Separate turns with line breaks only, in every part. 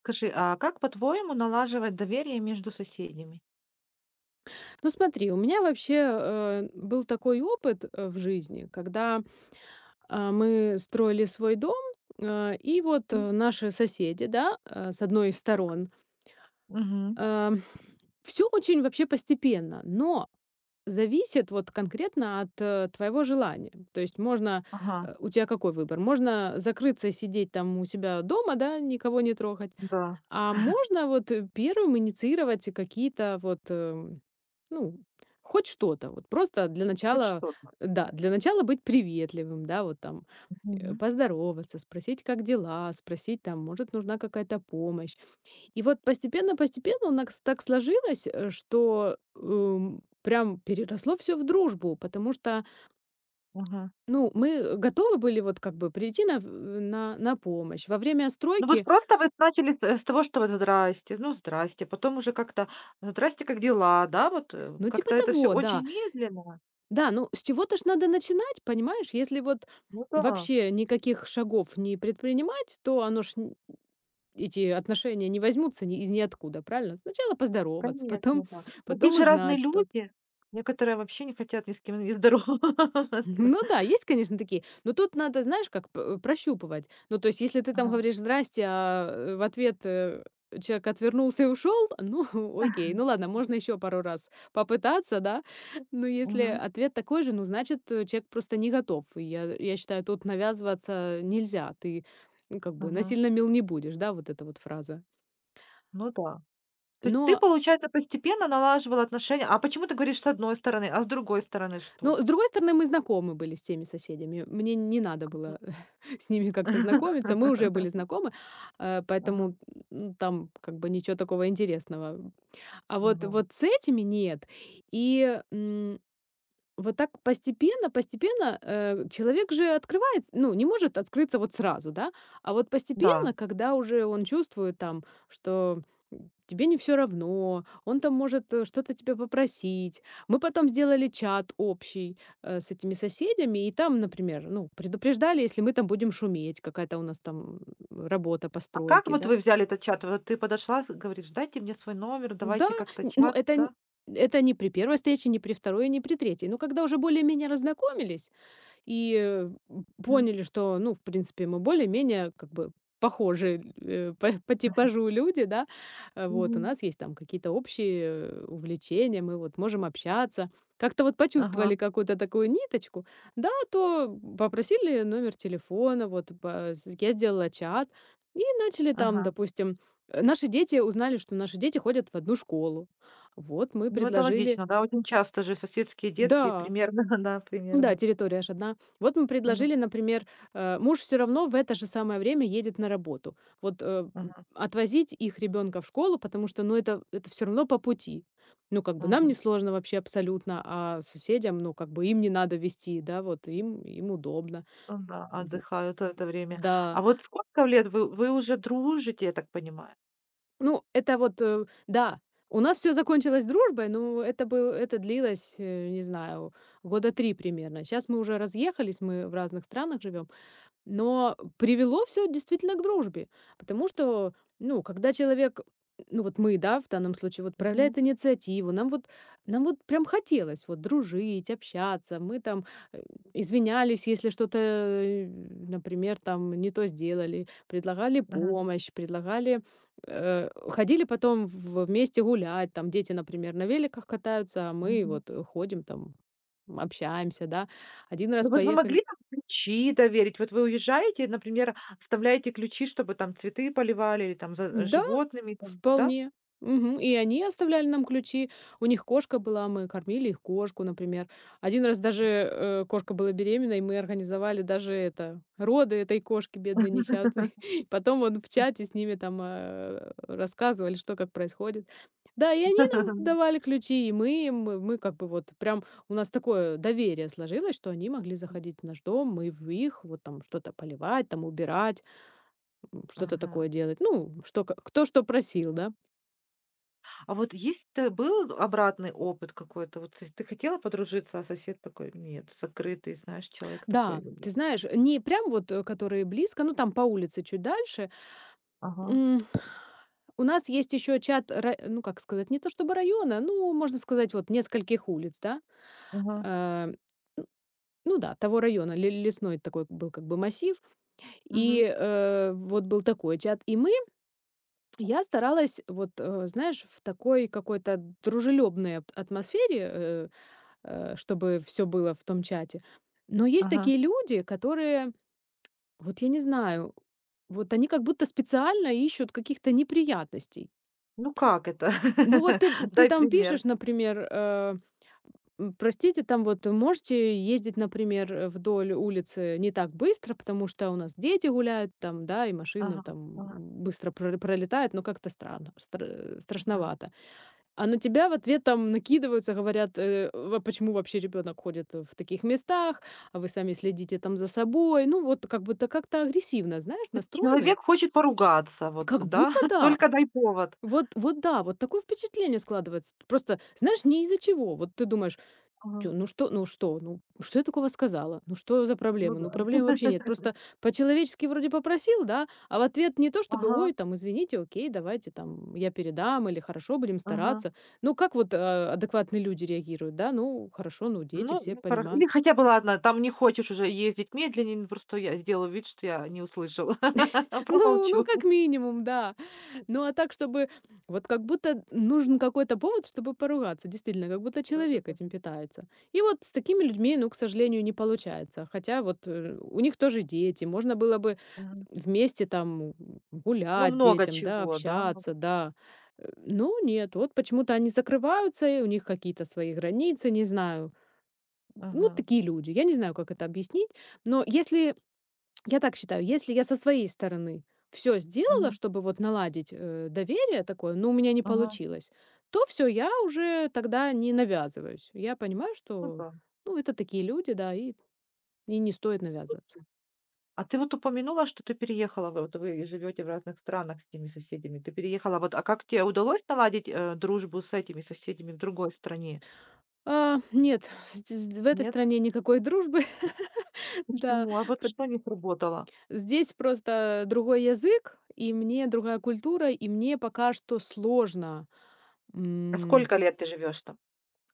Скажи, а как, по-твоему, налаживать доверие между соседями?
Ну смотри, у меня вообще был такой опыт в жизни, когда мы строили свой дом, и вот
М,
наши соседи, да, с одной из
так.
сторон,
Мгм.
все очень вообще постепенно. Но зависит вот конкретно от твоего желания. То есть можно,
Ага,
у тебя какой выбор? Можно закрыться и сидеть там у себя дома, да, никого не трогать,
да,
а можно вот первым инициировать какие-то вот, ну, хоть что-то. Вот просто для
хоть
начала,
что-то.
да, для начала быть приветливым, да, вот там
Мгм.
поздороваться, спросить, как дела, спросить там, может, нужна какая-то помощь. И вот постепенно-постепенно у нас так сложилось, что прям переросло все в дружбу, потому что,
Ага.
ну, мы готовы были вот как бы прийти на помощь. Во время
Ну вот
стройки,
просто вы начали с того, что вот здрасте, ну здрасте, потом уже как-то здрасте, как дела, да, вот
ну, типа
как-то это все
того,
очень
да.
медленно.
Да, ну с чего-то ж надо начинать, понимаешь? Если вот
Ну да,
вообще никаких шагов не предпринимать, то оно ж эти отношения не возьмутся ни из ниоткуда, правильно? Сначала поздороваться,
конечно,
потом,
да. Но здесь
потом
же разные
узнать что-то.
люди, некоторые вообще не хотят ни с кем не здороваться.
Ну да, есть, конечно, такие. Но тут надо, знаешь, как прощупывать. Ну, то есть, если ты там
Ага.
говоришь «здрасте», а в ответ человек отвернулся и ушел, ну, окей. Ну ладно, можно еще пару раз попытаться, да. Но если
Мгм.
ответ такой же, ну, значит, человек просто не готов. И я считаю, тут навязываться нельзя. Ты ну, как бы
Ага.
насильно мил не будешь, да, вот эта вот фраза.
Ну да. То есть ты,
Но
получается, постепенно налаживала отношения. А почему ты говоришь с одной стороны, а с другой стороны что?
С другой стороны, мы знакомы были с теми соседями. Мне не надо
Мгм.
было с ними как-то знакомиться. Мы уже были знакомы,
Ага,
поэтому, там как бы ничего такого интересного. А вот
мгм.
вот с этими нет. И, вот так постепенно, постепенно, человек же открывает, ну, не может открыться вот сразу, да, а вот
Да.
постепенно, когда уже он чувствует там, что тебе не все равно, он там может, что-то тебя попросить. Мы потом сделали чат общий, с этими соседями, и там, например, ну, предупреждали, если мы там будем шуметь, какая-то у нас там работа по
А как
стройке,
вот
да.
вы взяли этот чат? Вот ты подошла, с говоришь: «Дайте мне свой номер,
Да,
давайте как-то
н ну,
чат», да?
это не при первой встрече, не при 2, не при третьей. Но когда уже более-менее разнакомились, и,
Мгм.
поняли, что, ну, в принципе, мы более-менее как бы похожи по типажу люди, да. Вот, у
Мгм.
нас есть там какие-то общие, увлечения, мы вот можем общаться. Как-то вот
Ага,
почувствовали какую-то такую ниточку, да, то попросили номер телефона, вот, по с я сделала чат, и начали там,
ага.
допустим, наши дети узнали, что наши дети ходят в одну школу. Вот мы
Ну, это
предложили.
логично, да. Очень часто же соседские детки
Да.
примерно, да,
Да,
примерно.
территория ж одна. Вот мы
Мгм.
предложили, например, муж все равно в это же самое время едет на работу. Вот,
Ага,
отвозить их ребенка в школу, потому что, ну, это все равно по пути. Ну, как бы нам не
мгм.
сложно вообще абсолютно, а соседям, ну, как бы им не надо везти, да, вот им удобно.
Ну да,
Во
отдыхают в это время.
да.
А вот сколько лет вы уже дружите, я так понимаю?
Ну, это вот, да, у нас все закончилось дружбой, но это длилось, не знаю, года 3 примерно. Сейчас мы уже разъехались, мы в разных странах живем. Но привело все действительно к дружбе, потому что, ну, когда человек, ну, вот мы, да, в данном случае, вот
Мгм.
проявляет инициативу, нам вот прям хотелось вот дружить, общаться. Мы там, э, извинялись, если что-то, например, там не то сделали, предлагали
Ага.
помощь, предлагали, ходили потом в вместе гулять. Там дети, например, на великах катаются, а мы
Мгм.
вот ходим там, общаемся, да. Один
Ну
раз
вот вы
поехали.
могли там ключи доверить? Вот вы уезжаете, например, оставляете ключи, чтобы там цветы поливали или там за
Да,
животными, там, да?
вполне. Мгм. И они оставляли нам ключи. У них кошка была, мы кормили их кошку, например. Один раз даже кошка была беременна, и мы организовали даже это роды этой кошки бедной несчастной. Потом он в чате с ними там рассказывали, что как происходит. Да, и они нам давали ключи, и мы им, мы как бы вот прям у нас такое доверие сложилось, что они могли заходить в наш дом, мы в их вот там что-то поливать, там убирать что-то
Ага.
такое делать. Ну, что, кто что просил, да?
А вот есть т был обратный опыт какой-то? Вот с ты хотела подружиться, а сосед такой: «Нет, закрытый, знаешь, человек такой».
Да,
Или-
ты знаешь, не прям вот, которые близко, ну, там по улице чуть дальше.
Ага,
М, У нас есть еще чат, ну, как сказать, не то чтобы района, ну, можно сказать, вот нескольких улиц, да?
ага,
Э, н- Ну да, того района, лесной такой был как бы массив,
мгм,
и вот был такой чат. И мы, я старалась, вот, знаешь, в такой какой-то дружелюбной атмосфере чтобы все было в том чате. Но есть
ага.
такие люди, которые, вот я не знаю, вот они как будто специально ищут каких-то неприятностей.
Ну как это?
Ну вот ты
Дай
там
пример.
пишешь, например, простите, там вот можете ездить, например, вдоль улицы не так быстро, потому что у нас дети гуляют там, да, и машина
Ага,
там
ага.
быстро пролетает, но как-то странно, страшновато. А на тебя в ответ там накидываются, говорят, во почему вообще ребенок ходит в таких местах, а вы сами следите там за собой. Ну, вот как будто как-то агрессивно, знаешь,
То есть
настроены.
человек хочет поругаться, вот,
Как
да?
будто да.
Только дай повод.
Вот, вот да, вот такое впечатление складывается. Просто, знаешь, не из-за чего. Вот ты думаешь,
Ага,
тю, ну что, ну что, ну что я такого сказала? Ну что за
ну
проблема?
да.
Ну проблем вообще нет. Просто по-человечески вроде попросил, да, а в ответ не то чтобы,
Ага,
ой, там, извините, окей, давайте там я передам или хорошо, будем
ага.
стараться. Ну как вот адекватные люди реагируют, да? Ну хорошо, ну дети
Ну,
все
ну хоро
понимают.
или хотя бы ладно, там не хочешь уже ездить медленнее, ну, просто я сделаю вид, что я не услышала,
Ну,
промолчу.
как минимум, да. Ну, а так, чтобы вот как будто нужен какой-то повод, чтобы поругаться, действительно, как будто человек
Да-да-да.
этим питается. И вот с такими людьми, ну, к сожалению, не получается. Хотя вот, у них тоже дети, можно было бы
Мгм.
вместе там
Ну,
гулять
много
детям, да,
чего, да,
общаться,
много.
да. Ну, нет, вот почему-то они закрываются, и у них какие-то свои границы, не знаю. Ну,
Ага,
вот такие люди. Я не знаю, как это объяснить, но если я так считаю, если я со своей стороны все сделала,
мгм,
чтобы вот наладить, доверие такое, но у меня не
ага,
получилось, то все, я уже тогда не навязываюсь. Я понимаю,
ну
что,
да.
ну, это такие люди, да, и не стоит навязываться.
А ты вот упомянула, что ты переехала, вот вы живете в разных странах с теми соседями. Ты переехала, вот, а как тебе удалось наладить, дружбу с этими соседями в другой стране?
А, нет, ст з в этой
Нет?
стране никакой дружбы, да.
Почему? А вот
Пот
что не сработало?
здесь просто другой язык, и мне другая культура, и мне пока что сложно.
А
М,
сколько лет ты живешь там?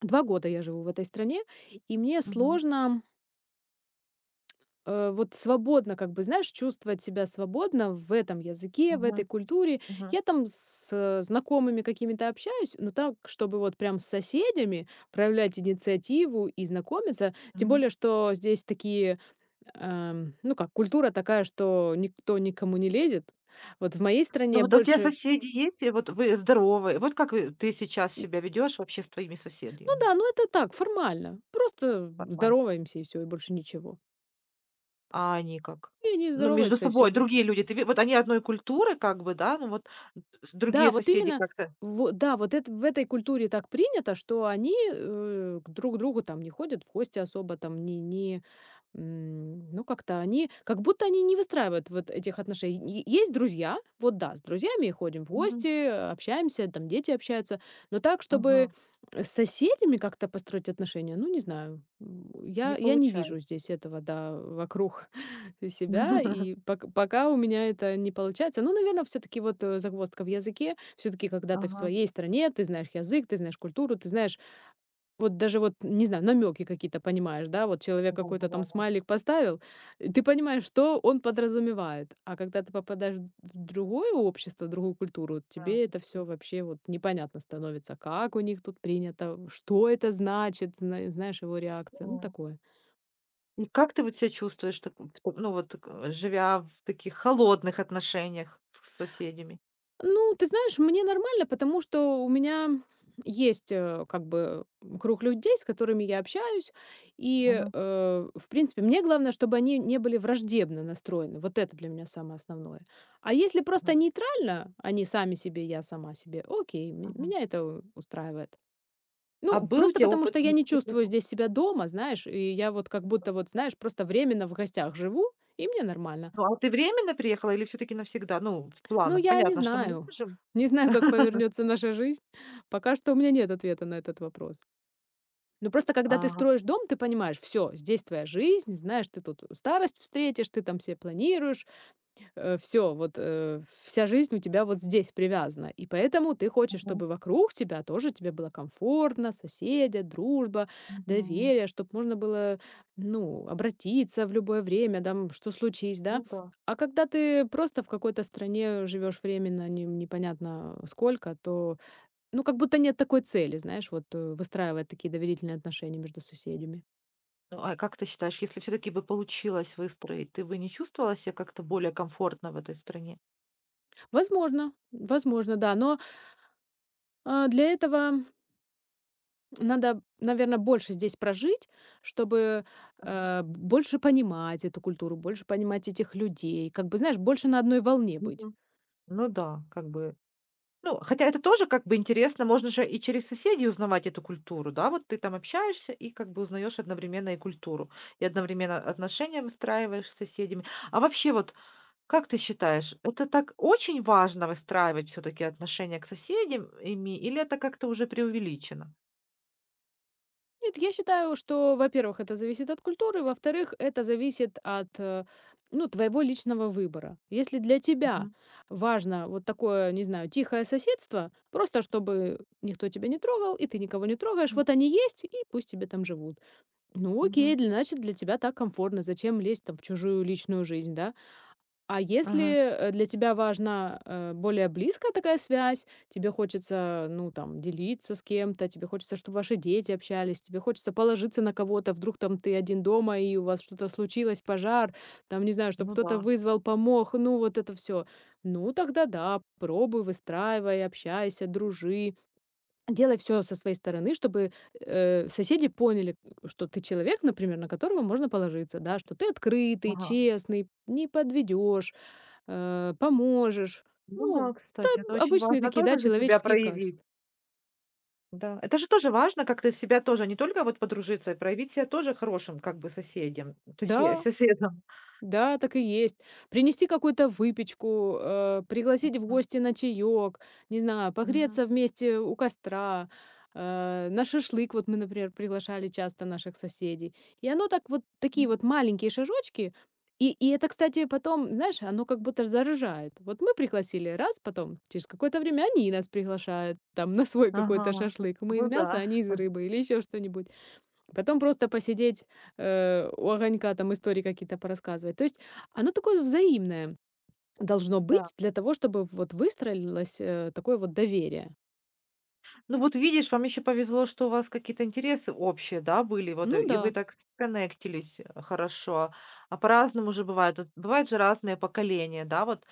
2 года я живу в этой стране, и мне
Мгм,
сложно, вот свободно, как бы, знаешь, чувствовать себя свободно в этом языке, в этой
мгм,
культуре.
мгм,
Я там с знакомыми какими-то общаюсь, но так, чтобы вот прям с соседями проявлять инициативу и знакомиться. Тем
мгм.
более, что здесь такие, ну как, культура такая, что никто никому не лезет. Вот в моей
Ну
стране
вот, а у тебя
больше,
соседи есть? И вот вы здоровы? Вот как вы ты сейчас себя ведешь вообще с твоими
ну
соседями?
да, ну это так, формально. Просто
Формально.
здороваемся и все, и больше ничего.
А они как?
И они
Ну, между
здороваются, и все.
собой другие люди, ты ви вот они одной культуры как бы, да, ну вот с другие
Да, вот
соседи
именно,
как-то
во да, вот это в этой культуре так принято, что они, к друг другу там не ходят в гости особо, там не, ну, как-то они как будто они не выстраивают вот этих отношений. Е Есть друзья, вот да, с друзьями ходим в
Мгм.
гости, общаемся, там дети общаются, но так, чтобы
Ага.
с соседями как-то построить отношения, ну, не знаю, я
Не
я не вижу
получается.
здесь этого, да, вокруг себя, и пока у меня это не получается. Ну, наверное, все таки вот, загвоздка в языке. Все таки когда ты в
Ага.
своей стране, ты знаешь язык, ты знаешь культуру, ты знаешь, вот даже вот, не знаю, намеки какие-то понимаешь, да, вот человек какой-то там
Да-да-да-да.
смайлик поставил, и ты понимаешь, что он подразумевает. А когда ты попадаешь в другое общество, в другую культуру, вот
Да.
тебе это все
Мгм.
вообще вот непонятно становится, как у них тут принято, что это значит, знаешь, его реакция, ну, такое.
И как ты вот себя чувствуешь, так вот, ну вот, к живя в таких холодных отношениях с соседями?
Ну, ты знаешь, мне нормально, потому что у меня есть, как бы, круг людей, с которыми я общаюсь. И,
Мгм.
в принципе, мне главное, чтобы они не были враждебно настроены. Вот это для меня самое основное. А если
Мгм.
просто нейтрально, они сами себе, я сама себе, окей,
Мгм.
меня это устраивает.
А
Ну,
был у
просто
тебя
потому
опыт
что я не чувствую здесь себя дома, знаешь, и я вот как будто вот, знаешь, просто временно в гостях живу, и мне нормально.
Ну, а ты временно приехала или все таки навсегда? Ну, в
Ну,
планах.
я не
Понятно, что мы не
знаю.
можем.
Не знаю, как повернется наша жизнь. Пока что у меня нет ответа на этот вопрос. Ну, просто когда ты
Ага,
строишь дом, ты понимаешь, все, здесь твоя жизнь, знаешь, ты тут старость встретишь, ты там се планируешь все, вот, вся жизнь у тебя вот здесь привязана. И поэтому ты хочешь,
ага,
чтобы вокруг тебя тоже тебе было комфортно, соседи, дружба,
мгм.
доверие, чтобы можно было, ну, обратиться в любое время, там, что случись, да.
Ну да.
А когда ты просто в какой-то стране живешь временно, не непонятно сколько, то, ну, как будто нет такой цели, знаешь, вот, выстраивать такие доверительные отношения между соседями.
Ну, а как ты считаешь, если все таки бы получилось выстроить, ты бы не чувствовала ся как-то более комфортно в этой стране?
Возможно, да, но, для этого надо, наверное, больше здесь прожить, чтобы,
Ага,
больше понимать эту культуру, больше понимать этих людей. Как бы, знаешь, больше на одной волне быть.
мгм. Ну да, как бы. Ну, хотя это тоже как бы интересно, можно же и через соседей узнавать эту культуру, да? Вот ты там общаешься и как бы узнаешь одновременно и культуру, и одновременно отношения выстраиваешь с соседями. А вообще вот, как ты считаешь, это так очень важно выстраивать все-таки отношения к соседям ими, или это как-то уже преувеличено?
Нет, я считаю, что, во-первых, это зависит от культуры, во-вторых, это зависит от, ну, твоего личного выбора. Если для тебя
Мгм,
важно вот такое, не знаю, тихое соседство, просто чтобы никто тебя не трогал и ты никого не трогаешь,
мгм,
вот они есть, и пусть тебе там живут. Ну,
мгм,
окей, для значит, для тебя так комфортно. Зачем лезть там в чужую личную жизнь, да? А если,
ага.
для тебя важна, более близкая такая связь, тебе хочется, ну, там, делиться с кем-то, тебе хочется, чтобы ваши дети общались, тебе хочется положиться на кого-то, вдруг там ты один дома и у вас что-то случилось, пожар, там, не знаю, чтобы
Ну да.
кто-то вызвал, помог, ну, вот это все. Ну, тогда да, пробуй, выстраивай, общайся, дружи, делай все со своей стороны, чтобы, соседи поняли, что ты человек, например, на которого можно положиться, да, что ты открытый,
Ага.
честный, не подведешь, поможешь.
Ну
Ну,
да, кстати, это
да,
очень
обычные
важно
такие, да,
тоже за себя
человеческие
проявить.
качества.
Да, это же тоже важно как-то себя тоже, не только вот подружиться, и проявить себя тоже хорошим как бы соседям, сосе-
Да.
соседом.
Да, так и есть. Принести какую-то выпечку, пригласить в
Мгм,
гости на чаек, не знаю,
мгм,
погреться вместе у костра, на шашлык. Вот мы, например, приглашали часто наших соседей. И оно так вот такие вот маленькие шажочки. И это, кстати, потом, знаешь, оно как будто ж заражает. Вот мы пригласили раз, потом через какое-то время они нас приглашают там на свой какой-то
ага,
шашлык. Мы из
ну да,
мяса, они из рыбы или еще что-нибудь. Потом просто посидеть, у огонька, там истории какие-то порассказывать. То есть оно такое взаимное должно
да.
быть для того, чтобы вот выстроилось, такое вот доверие.
Ну вот видишь, вам еще повезло, что у вас какие-то интересы общие, да, были, вот,
Ну
и вы
да.
так сконнектились хорошо. А по-разному же бывает. Вот бывают же разные поколения, да, вот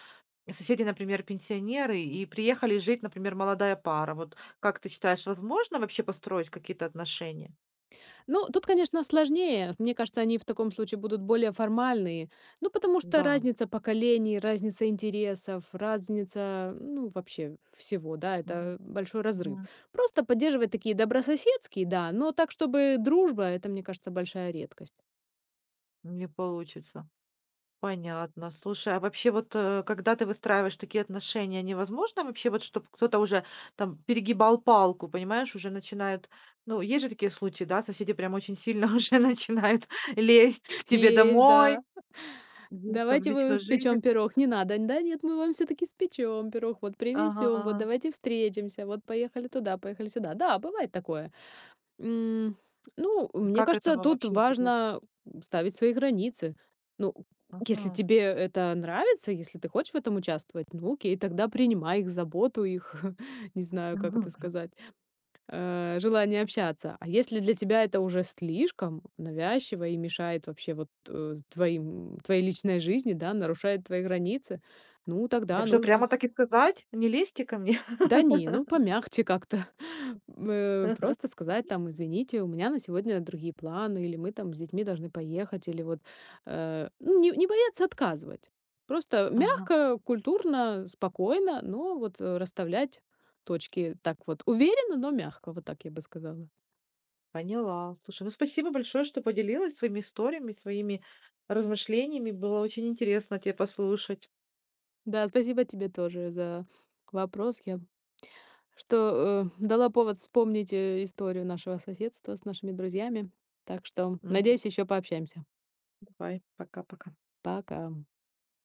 соседи, например, пенсионеры, и приехали жить, например, молодая пара. Вот как ты считаешь, возможно вообще построить какие-то отношения?
Ну, тут, конечно, сложнее. Мне кажется, они в таком случае будут более формальные. Ну, потому что
Да.
разница поколений, разница интересов, разница, ну, вообще всего, да,
Мгм.
это большой разрыв.
Мгм.
Просто поддерживать такие добрососедские, да, но так, чтобы дружба, это, мне кажется, большая редкость.
Не получится. Понятно. Слушай, а вообще вот, когда ты выстраиваешь такие отношения, невозможно вообще вот, чтобы кто-то уже там перегибал палку, понимаешь, уже начинают, ну, есть же такие случаи, да, соседи прям очень сильно уже начинают лезть к тебе
Есть,
домой,
да.
лезть там в
Давайте вы
личную жизнь.
испечем пирог. Не надо. Да нет, мы вам все-таки испечем пирог, вот привезем, вот
Ага.
давайте встретимся, вот поехали туда, поехали сюда. Да, бывает такое. М, Ну,
А
мне
как
кажется,
этого
тут
вообще избежать?
важно ставить свои границы. Ну, если
Ага.
тебе это нравится, если ты хочешь в этом участвовать, ну окей, тогда принимай их заботу, их, не знаю, как это сказать, желание общаться. А если для тебя это уже слишком навязчиво и мешает вообще вот твоим, твоей личной жизни, да, нарушает твои границы, ну
Так
тогда
что
нужно.
прямо так и сказать, не лезьте ко мне.
Да не, ну помягче как-то. Просто сказать там, извините, у меня на сегодня другие планы, или мы там с детьми должны поехать, или вот ну, не бояться отказывать. Просто
Ага.
мягко, культурно, спокойно, но вот расставлять точки так вот уверенно, но мягко, вот так я бы сказала.
Поняла. Слушай, ну спасибо большое, что поделилась своими историями, своими размышлениями. Было очень интересно тебя послушать.
Да, спасибо тебе тоже за вопрос. Я что, дала повод вспомнить, историю нашего соседства с нашими друзьями. Так что,
М,
надеюсь, еще пообщаемся.
давай, пока-пока.
Пока.